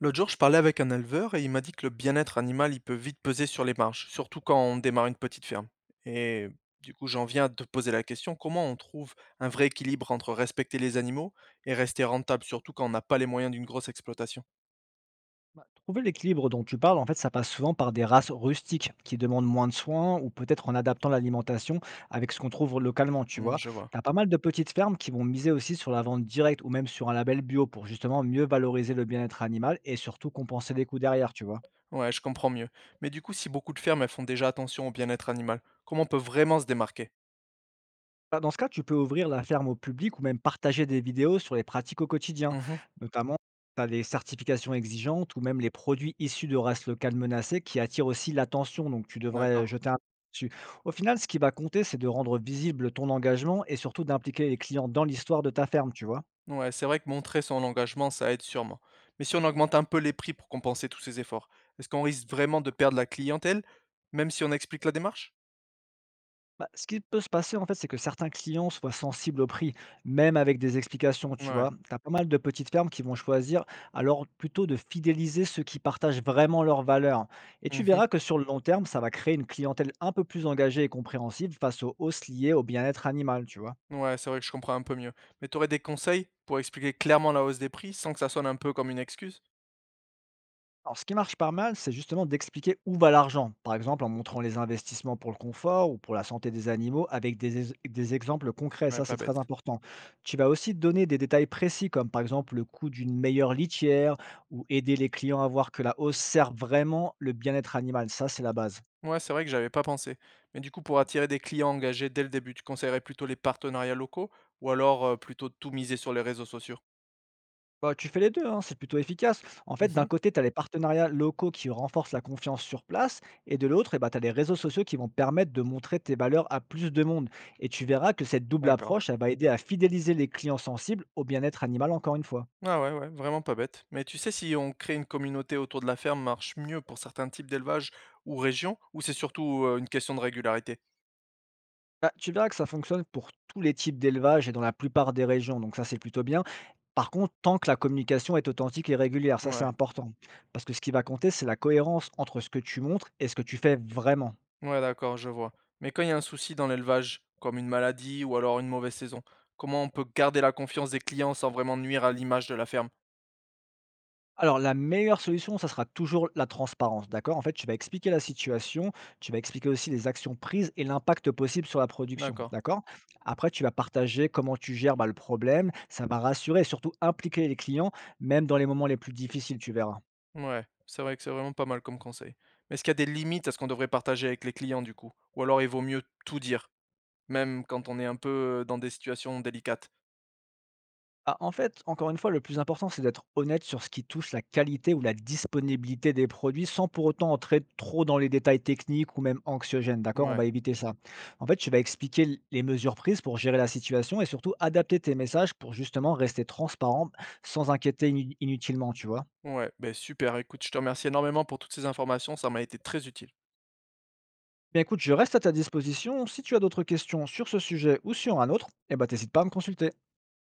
L'autre jour, je parlais avec un éleveur et il m'a dit que le bien-être animal, il peut vite peser sur les marges, surtout quand on démarre une petite ferme. Et du coup, j'en viens à te poser la question, comment on trouve un vrai équilibre entre respecter les animaux et rester rentable, surtout quand on n'a pas les moyens d'une grosse exploitation? Bah, trouver l'équilibre dont tu parles, en fait, ça passe souvent par des races rustiques qui demandent moins de soins ou peut-être en adaptant l'alimentation avec ce qu'on trouve localement, tu Hmm, vois. je vois. Tu as pas mal de petites fermes qui vont miser aussi sur la vente directe ou même sur un label bio pour justement mieux valoriser le bien-être animal et surtout compenser les coûts derrière, tu vois. Ouais, je comprends mieux. Mais du coup, si beaucoup de fermes, elles font déjà attention au bien-être animal, comment on peut vraiment se démarquer? Bah, dans ce cas, tu peux ouvrir la ferme au public ou même partager des vidéos sur les pratiques au quotidien. Mhm, Notamment, tu as les certifications exigeantes ou même les produits issus de races locales menacées qui attirent aussi l'attention. Donc, tu devrais d'accord. jeter un œil dessus. Au final, ce qui va compter, c'est de rendre visible ton engagement et surtout d'impliquer les clients dans l'histoire de ta ferme, tu vois. Ouais, c'est vrai que montrer son engagement, ça aide sûrement. Mais si on augmente un peu les prix pour compenser tous ces efforts, est-ce qu'on risque vraiment de perdre la clientèle, même si on explique la démarche? Bah, ce qui peut se passer, en fait, c'est que certains clients soient sensibles au prix, même avec des explications, tu Ouais. vois. Tu as pas mal de petites fermes qui vont choisir, alors plutôt de fidéliser ceux qui partagent vraiment leurs valeurs. Et tu Mhm. verras que sur le long terme, ça va créer une clientèle un peu plus engagée et compréhensive face aux hausses liées au bien-être animal, tu vois. Ouais, c'est vrai que je comprends un peu mieux. Mais t'aurais des conseils pour expliquer clairement la hausse des prix sans que ça sonne un peu comme une excuse? Alors, ce qui marche pas mal, c'est justement d'expliquer où va l'argent. Par exemple, en montrant les investissements pour le confort ou pour la santé des animaux avec des exemples concrets. Ouais, Ça, c'est pas bête. très important. Tu vas aussi donner des détails précis, comme par exemple le coût d'une meilleure litière ou aider les clients à voir que la hausse sert vraiment le bien-être animal. Ça, c'est la base. Ouais, c'est vrai que j'avais pas pensé. Mais du coup, pour attirer des clients engagés dès le début, tu conseillerais plutôt les partenariats locaux ou alors plutôt tout miser sur les réseaux sociaux? Bah, tu fais les 2, hein, c'est plutôt efficace. En fait, d'un Mhm. côté, tu as les partenariats locaux qui renforcent la confiance sur place, et de l'autre, eh ben, tu as les réseaux sociaux qui vont permettre de montrer tes valeurs à plus de monde. Et tu verras que cette double D'accord. approche, elle va aider à fidéliser les clients sensibles au bien-être animal, encore une fois. Ah ouais, ouais, vraiment pas bête. Mais tu sais si on crée une communauté autour de la ferme marche mieux pour certains types d'élevage ou régions, ou c'est surtout une question de régularité? Bah, tu verras que ça fonctionne pour tous les types d'élevage et dans la plupart des régions, donc ça c'est plutôt bien. Par contre, tant que la communication est authentique et régulière, ça c'est Ouais, important. Parce que ce qui va compter, c'est la cohérence entre ce que tu montres et ce que tu fais vraiment. ouais, d'accord, je vois. Mais quand il y a un souci dans l'élevage, comme une maladie ou alors une mauvaise saison, comment on peut garder la confiance des clients sans vraiment nuire à l'image de la ferme? Alors la meilleure solution, ça sera toujours la transparence, d'accord? En fait, tu vas expliquer la situation, tu vas expliquer aussi les actions prises et l'impact possible sur la production, D'accord. d'accord? Après, tu vas partager comment tu gères, bah, le problème, ça va rassurer et surtout impliquer les clients, même dans les moments les plus difficiles, tu verras. Ouais, c'est vrai que c'est vraiment pas mal comme conseil. Mais est-ce qu'il y a des limites à ce qu'on devrait partager avec les clients du coup? Ou alors il vaut mieux tout dire, même quand on est un peu dans des situations délicates? Bah, en fait, encore une fois, le plus important, c'est d'être honnête sur ce qui touche la qualité ou la disponibilité des produits sans pour autant entrer trop dans les détails techniques ou même anxiogènes. D'accord. On Ouais. va éviter ça. En fait, tu vas expliquer les mesures prises pour gérer la situation et surtout adapter tes messages pour justement rester transparent sans inquiéter inutilement, tu vois. Ouais, ben super, écoute, je te remercie énormément pour toutes ces informations, ça m'a été très utile. Bien écoute, je reste à ta disposition. Si tu as d'autres questions sur ce sujet ou sur un autre, eh ben, t'hésites pas à me consulter.